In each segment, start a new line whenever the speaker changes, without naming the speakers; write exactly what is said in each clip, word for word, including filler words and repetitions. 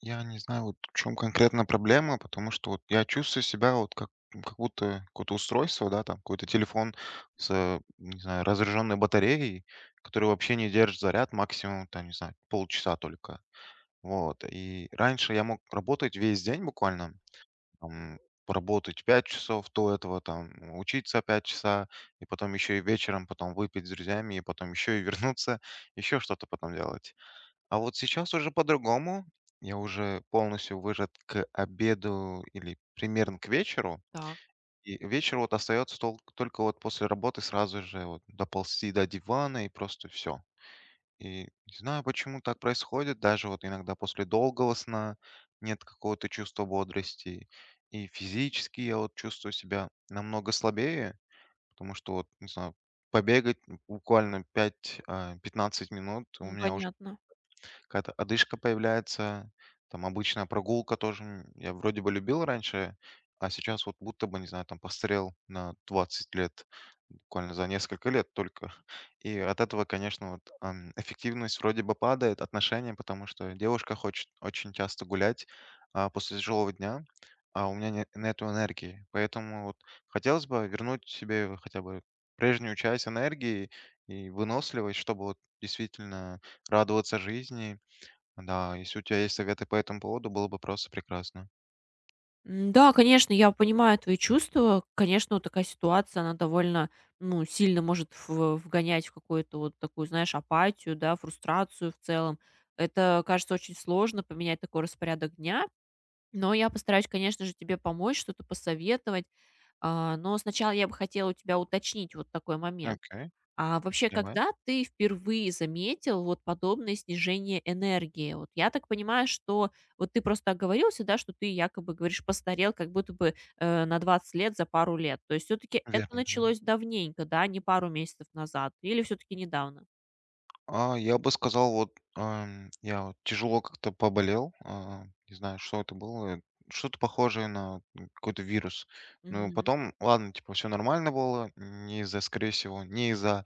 Я не знаю, вот в чем конкретно проблема, потому что вот я чувствую себя вот как м, как будто какое-то устройство, да, там какой-то телефон с, э, не знаю, разряженной батареей, который вообще не держит заряд, максимум, там, не знаю, полчаса только. Вот, и раньше я мог работать весь день буквально, там, поработать пять часов до этого, там, учиться пять часа, и потом еще и вечером потом выпить с друзьями, и потом еще и вернуться, еще что-то потом делать. А вот сейчас уже по-другому. Я уже полностью выжат к обеду или примерно к вечеру.
Так,
И вечер вот остается тол- только вот после работы сразу же вот доползти до дивана и просто все. И не знаю, почему так происходит. Даже вот иногда после долгого сна нет какого-то чувства бодрости. И физически я вот чувствую себя намного слабее, потому что вот, не знаю, побегать буквально пять пятнадцать минут у
м,
меня уже
понятно.
какая-то одышка появляется, там обычная прогулка тоже. м, Я вроде бы любил раньше, а сейчас вот будто бы, не знаю, там постарел на двадцать лет, буквально за несколько лет только. И от этого, конечно, вот, ам, эффективность вроде бы падает, отношения, потому что девушка хочет очень часто гулять а, после тяжелого дня, а у меня не- нету энергии. Поэтому вот хотелось бы вернуть себе хотя бы прежнюю часть энергии и выносливость, чтобы вот действительно радоваться жизни, да, если у тебя есть советы по этому поводу, было бы просто прекрасно.
М, Да, конечно, я понимаю твои чувства. Конечно, вот такая ситуация, она довольно, ну, сильно может в- вгонять в какую-то вот такую, знаешь, апатию, да, фрустрацию в целом. Это, кажется, очень сложно поменять такой распорядок дня. Но я постараюсь, конечно же, тебе помочь, что-то посоветовать. А, Но сначала я бы хотела у тебя уточнить вот такой момент.
Окей,
А вообще,
давай.
когда ты впервые заметил вот подобное снижение энергии? Вот я так понимаю, что вот ты просто оговорился, да, что ты якобы говоришь постарел, как будто бы э, на двадцать лет за пару лет. То есть все-таки это
Верно.
началось давненько, да, не пару месяцев назад, или все-таки недавно?
А, я бы сказал, вот ам, я вот тяжело как-то поболел, а, не знаю, что это было, что-то похожее на какой-то вирус. Ну,
Мгм.
потом, ладно, типа, все нормально было, не из-за, скорее всего, не из-за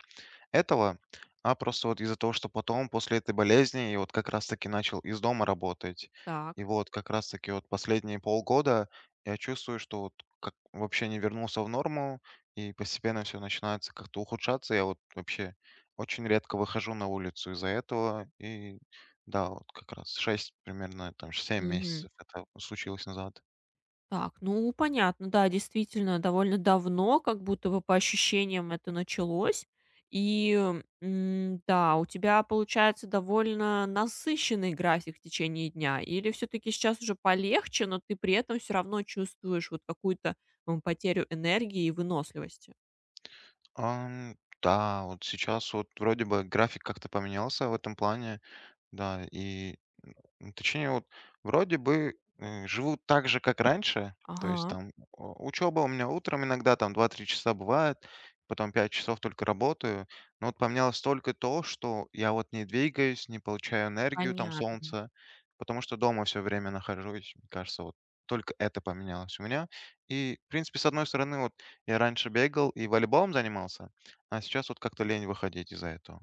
этого, а просто вот из-за того, что потом, после этой болезни, я вот как раз-таки начал из дома работать.
Так.
И вот как раз-таки вот последние полгода я чувствую, что вот как вообще не вернулся в норму, и постепенно все начинается как-то ухудшаться. Я вот вообще очень редко выхожу на улицу из-за этого. И да, вот как раз шесть примерно там семь
Мгм.
месяцев это случилось назад.
Так, ну понятно, да, действительно, довольно давно, как будто бы по ощущениям это началось. И, м, да, у тебя получается довольно насыщенный график в течение дня. Или все-таки сейчас уже полегче, но ты при этом все равно чувствуешь вот какую-то м, потерю энергии и выносливости?
Ам, да, вот сейчас вот вроде бы график как-то поменялся в этом плане. Да, и, м, точнее, вот вроде бы, э, живу так же, как раньше. То есть
Ага,
там, о, учеба у меня утром иногда там два-три часа бывает, потом пять часов только работаю. Но вот поменялось только то, что я вот не двигаюсь, не получаю энергию там
понятно.
солнца, потому что дома все время нахожусь. Мне кажется, вот только это поменялось у меня. И, в принципе, с одной стороны, вот я раньше бегал и волейболом занимался, а сейчас вот как-то лень выходить из-за этого.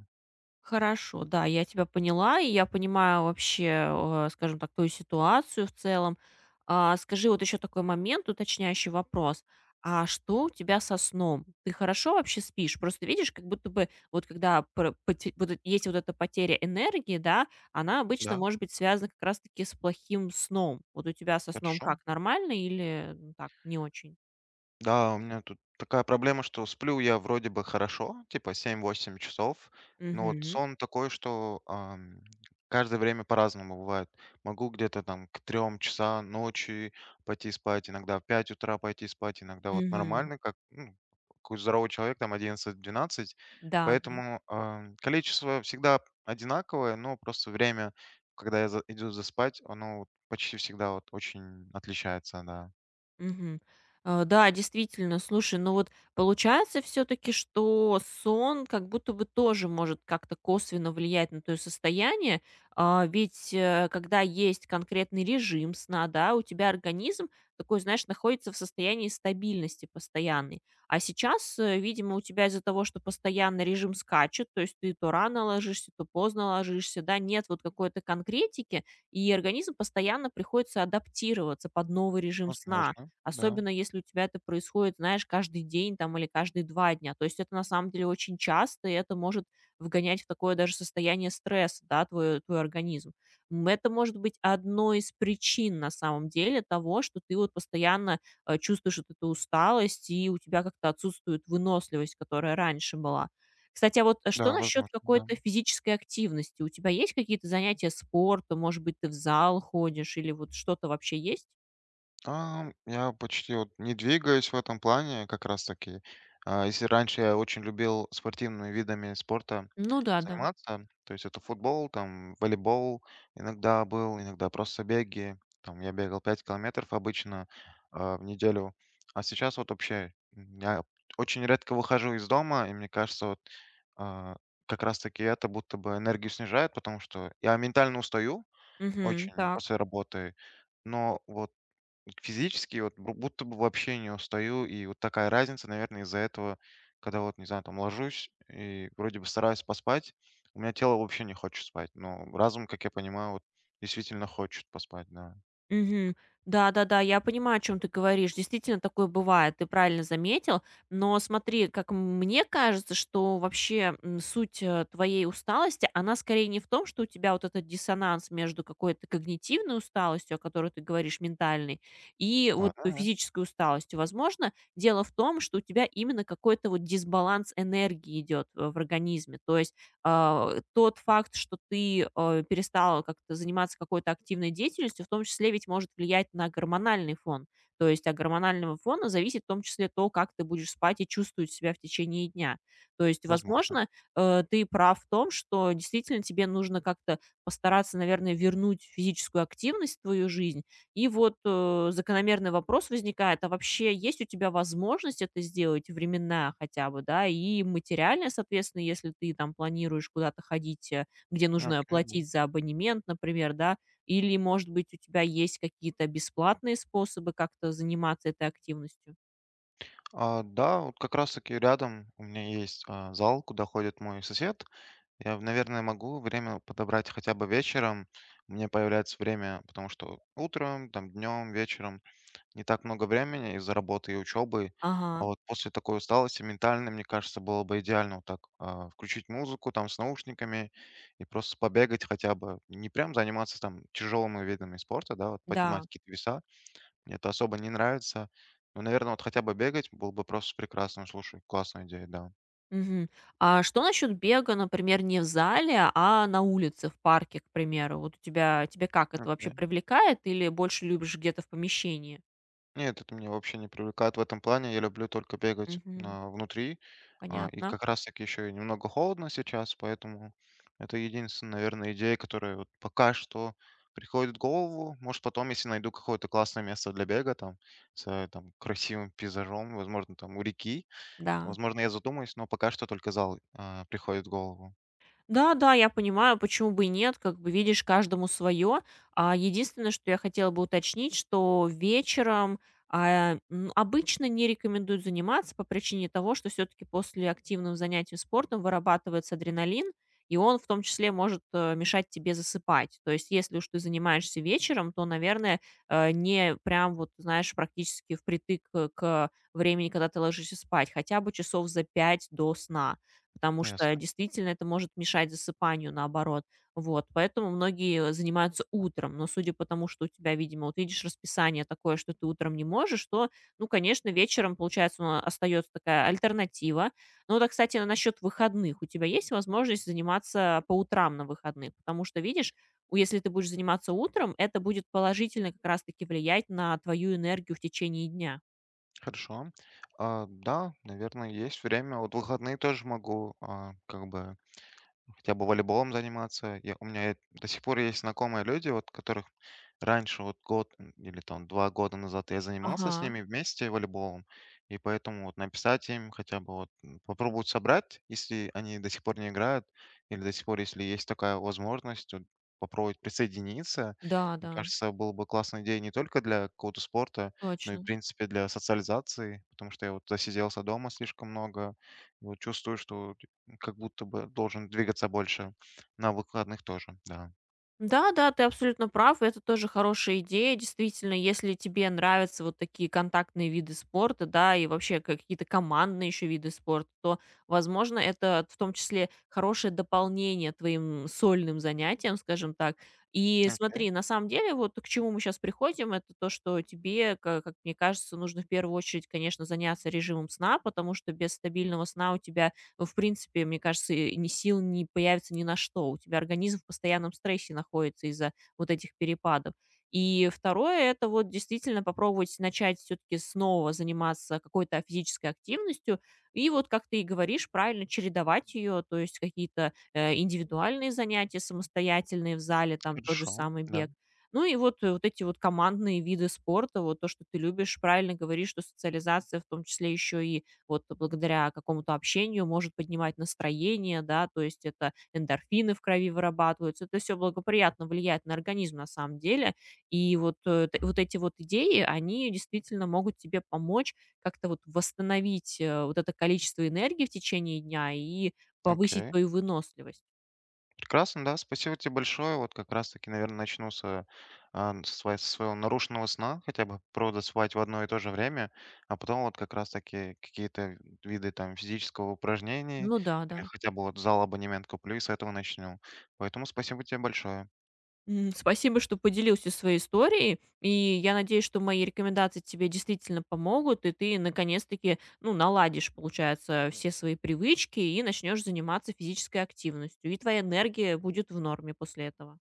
Хорошо, да, я тебя поняла, и я понимаю вообще, э, скажем так, твою ситуацию в целом. А, скажи, вот еще такой момент, уточняющий вопрос. А что у тебя со сном? Ты хорошо вообще спишь? Просто видишь, как будто бы вот когда про- поте- вот эт- есть вот эта потеря энергии, да, она обычно
Да,
может быть связана как раз-таки с плохим сном. Вот у тебя со сном
хорошо.
как, нормально или ну, так, не очень?
Да, у меня тут такая проблема, что сплю я вроде бы хорошо, типа семь-восемь часов, но вот
Угу,
сон такой, что ам, каждое время по-разному бывает. Могу где-то там к трем часам ночи пойти спать, иногда в пять утра пойти спать, иногда вот
угу,
нормально, как ну, какой здоровый человек, там одиннадцать-двенадцать.
да, да.
Поэтому ам, количество всегда одинаковое, но просто время, когда я за- иду заспать, оно вот почти всегда вот очень отличается, да.
Мгм. Э, да, действительно, слушай, ну вот получается все таки что сон как будто бы тоже может как-то косвенно влиять на твоё состояние. А, ведь, э, когда есть конкретный режим сна, да, у тебя организм такой, знаешь, находится в состоянии стабильности постоянной. А сейчас, э, видимо, у тебя из-за того, что постоянно режим скачет, то есть ты то рано ложишься, то поздно ложишься, да, нет вот какой-то конкретики, и организм постоянно приходится адаптироваться под новый режим сна.
Возможно, да.
Особенно, если у тебя это происходит, знаешь, каждый день там или каждые два дня. То есть это на самом деле очень часто, и это может вгонять в такое даже состояние стресса, да, твой, твой организм. М, Это может быть одной из причин на самом деле того, что ты вот постоянно э, чувствуешь вот эту усталость, и у тебя как-то отсутствует выносливость, которая раньше была. Кстати, а вот э, что
Да,
насчет
возможно, да.
какой-то физической активности? У тебя есть какие-то занятия спорта? Может быть, ты в зал ходишь или вот что-то вообще есть?
А, я почти вот не двигаюсь в этом плане как раз таки. А, если раньше я очень любил спортивными видами спорта
Ну да, да.
заниматься, то есть это футбол, там волейбол иногда был, иногда просто беги. Там я бегал пять километров обычно а, в неделю. А сейчас вот вообще м, я очень редко выхожу из дома, и мне кажется, вот а, как раз таки это будто бы энергию снижает, потому что я ментально устаю,
Мгм.
очень,
Так.
после работы. Но вот физически вот бу будто бы вообще не устаю. И вот такая разница, наверное, из-за этого, когда вот, не знаю, там ложусь и вроде бы стараюсь поспать, у меня тело вообще не хочет спать. Но разум, как я понимаю, вот действительно хочет поспать, да.
Мгм. Да-да-да, я понимаю, о чем ты говоришь. Действительно, такое бывает, ты правильно заметил. Но смотри, как мне кажется, что вообще, м, суть, э, твоей усталости, она скорее не в том, что у тебя вот этот диссонанс между какой-то когнитивной усталостью, о которой ты говоришь, ментальной, и вот
Ладно, да,
физической усталостью. Возможно, дело в том, что у тебя именно какой-то вот дисбаланс энергии идет э, в организме. То есть а, тот факт, что ты, э, перестала как-то заниматься какой-то активной деятельностью, в том числе ведь может влиять на гормональный фон. То есть от гормонального фона зависит в том числе то, как ты будешь спать и чувствовать себя в течение дня. То есть,
возможно.
возможно, э, ты прав в том, что действительно тебе нужно как-то постараться, наверное, вернуть физическую активность в твою жизнь, и вот, э, закономерный вопрос возникает: а вообще есть у тебя возможность это сделать, временная хотя бы, да, и материальная, соответственно, если ты там планируешь куда-то ходить, э, где нужно
Окей, да.
платить за абонемент, например, да? Или, может быть, у тебя есть какие-то бесплатные способы как-то заниматься этой активностью?
А, да, вот как раз таки рядом у меня есть, а, зал, куда ходит мой сосед. Я, наверное, могу время подобрать хотя бы вечером. У меня появляется время, потому что утром, там, днем, вечером не так много времени из-за работы и учебы. А
Ага,
вот после такой усталости ментальной, мне кажется, было бы идеально вот так а, включить музыку там с наушниками и просто побегать хотя бы. Не прям заниматься там тяжелыми видами спорта, да, вот поднимать
да.
какие-то веса. Мне это особо не нравится. Но, наверное, вот хотя бы бегать было бы просто прекрасно. Слушай, классная идея, да.
Мгм. А что насчет бега, например, не в зале, а на улице, в парке, к примеру? Вот у тебя тебя как, это вообще
Окей.
привлекает или больше любишь где-то в помещении?
Нет, это меня вообще не привлекает в этом плане. Я люблю только бегать
Мгм.
а, внутри. А, и
Понятно.
как раз-таки еще и немного холодно сейчас, поэтому это единственная, наверное, идея, которая вот пока что приходит в голову. Может, потом, если найду какое-то классное место для бега, там, с э, там, красивым пейзажом, возможно, там, у реки,
Да.
возможно, я задумаюсь, но пока что только зал а, приходит в голову.
Да-да, я понимаю, почему бы и нет, как бы, видишь, каждому свое. А единственное, что я хотела бы уточнить, что вечером, а, м, обычно не рекомендуют заниматься по причине того, что все-таки после активного занятия спортом вырабатывается адреналин, и он в том числе может э, мешать тебе засыпать. То есть, если уж ты занимаешься вечером, то, наверное, э, не прям вот, знаешь, практически впритык э, к времени, когда ты ложишься спать, хотя бы часов за пять до сна. Потому что
Ясно.
действительно это может мешать засыпанию, наоборот. Вот, поэтому многие занимаются утром, но судя по тому, что у тебя, видимо, вот видишь расписание такое, что ты утром не можешь, то, ну, конечно, вечером, получается, ну, остается такая альтернатива. Ну, да, кстати, насчет выходных. У тебя есть возможность заниматься по утрам на выходных, потому что, видишь, у- если ты будешь заниматься утром, это будет положительно как раз-таки влиять на твою энергию в течение дня.
Хорошо. А, да, наверное, есть время. Вот в выходные тоже могу а, как бы хотя бы волейболом заниматься. Я, у меня э- до сих пор есть знакомые люди, вот которых раньше вот год м, или там два года назад я занимался с
Ага,
ними вместе волейболом, и поэтому вот написать им хотя бы вот м, попробовать собрать, если они до сих пор не играют, или до сих пор, если есть такая возможность, вот попробовать присоединиться.
да,
Мне
да,
кажется, был бы классная идея не только для какого-то спорта, но и, в
точно.
принципе, для социализации, потому что я вот засиделся дома слишком много, и вот чувствую, что как будто бы должен двигаться больше. На выкладных тоже, да.
Да, да, ты абсолютно прав. Это тоже хорошая идея. Действительно, если тебе нравятся вот такие контактные виды спорта, да, и вообще какие-то командные еще виды спорта, то, возможно, это в том числе хорошее дополнение твоим сольным занятиям, скажем так. И
Окей,
смотри, на самом деле, вот к чему мы сейчас приходим, это то, что тебе, ка- как, мне кажется, нужно в первую очередь, конечно, заняться режимом сна, потому что без стабильного сна у тебя в принципе, мне кажется, и ни сил не появится ни на что. У тебя организм в постоянном стрессе находится из-за вот этих перепадов. И второе, это вот действительно попробовать начать все-таки снова заниматься какой-то физической активностью. И вот, как ты и говоришь, правильно чередовать ее, то есть какие-то э, индивидуальные занятия самостоятельные в зале, там тот же
хорошо.
самый
Да,
бег. Ну и вот, э, вот эти вот командные виды спорта, вот то, что ты любишь, правильно говоришь, что социализация в том числе еще и вот благодаря какому-то общению может поднимать настроение, да, то есть это эндорфины в крови вырабатываются, это все благоприятно влияет на организм на самом деле, и вот, э, т- вот эти вот идеи, они действительно могут тебе помочь как-то вот восстановить э, вот это количество энергии в течение дня и повысить
окей.
твою выносливость.
Прекрасно, да. Спасибо тебе большое. Вот как раз-таки, наверное, начну с, а, сва- со своего нарушенного сна, хотя бы правда спать в одно и то же время, а потом вот как раз-таки какие-то виды там физического упражнений
Ну да, да.
или хотя бы вот зал абонемент куплю и с этого начну. Поэтому спасибо тебе большое.
М, спасибо, что поделился своей историей, и я надеюсь, что мои рекомендации тебе действительно помогут, и ты наконец-таки, ну, наладишь, получается, все свои привычки и начнешь заниматься физической активностью, и твоя энергия будет в норме после этого.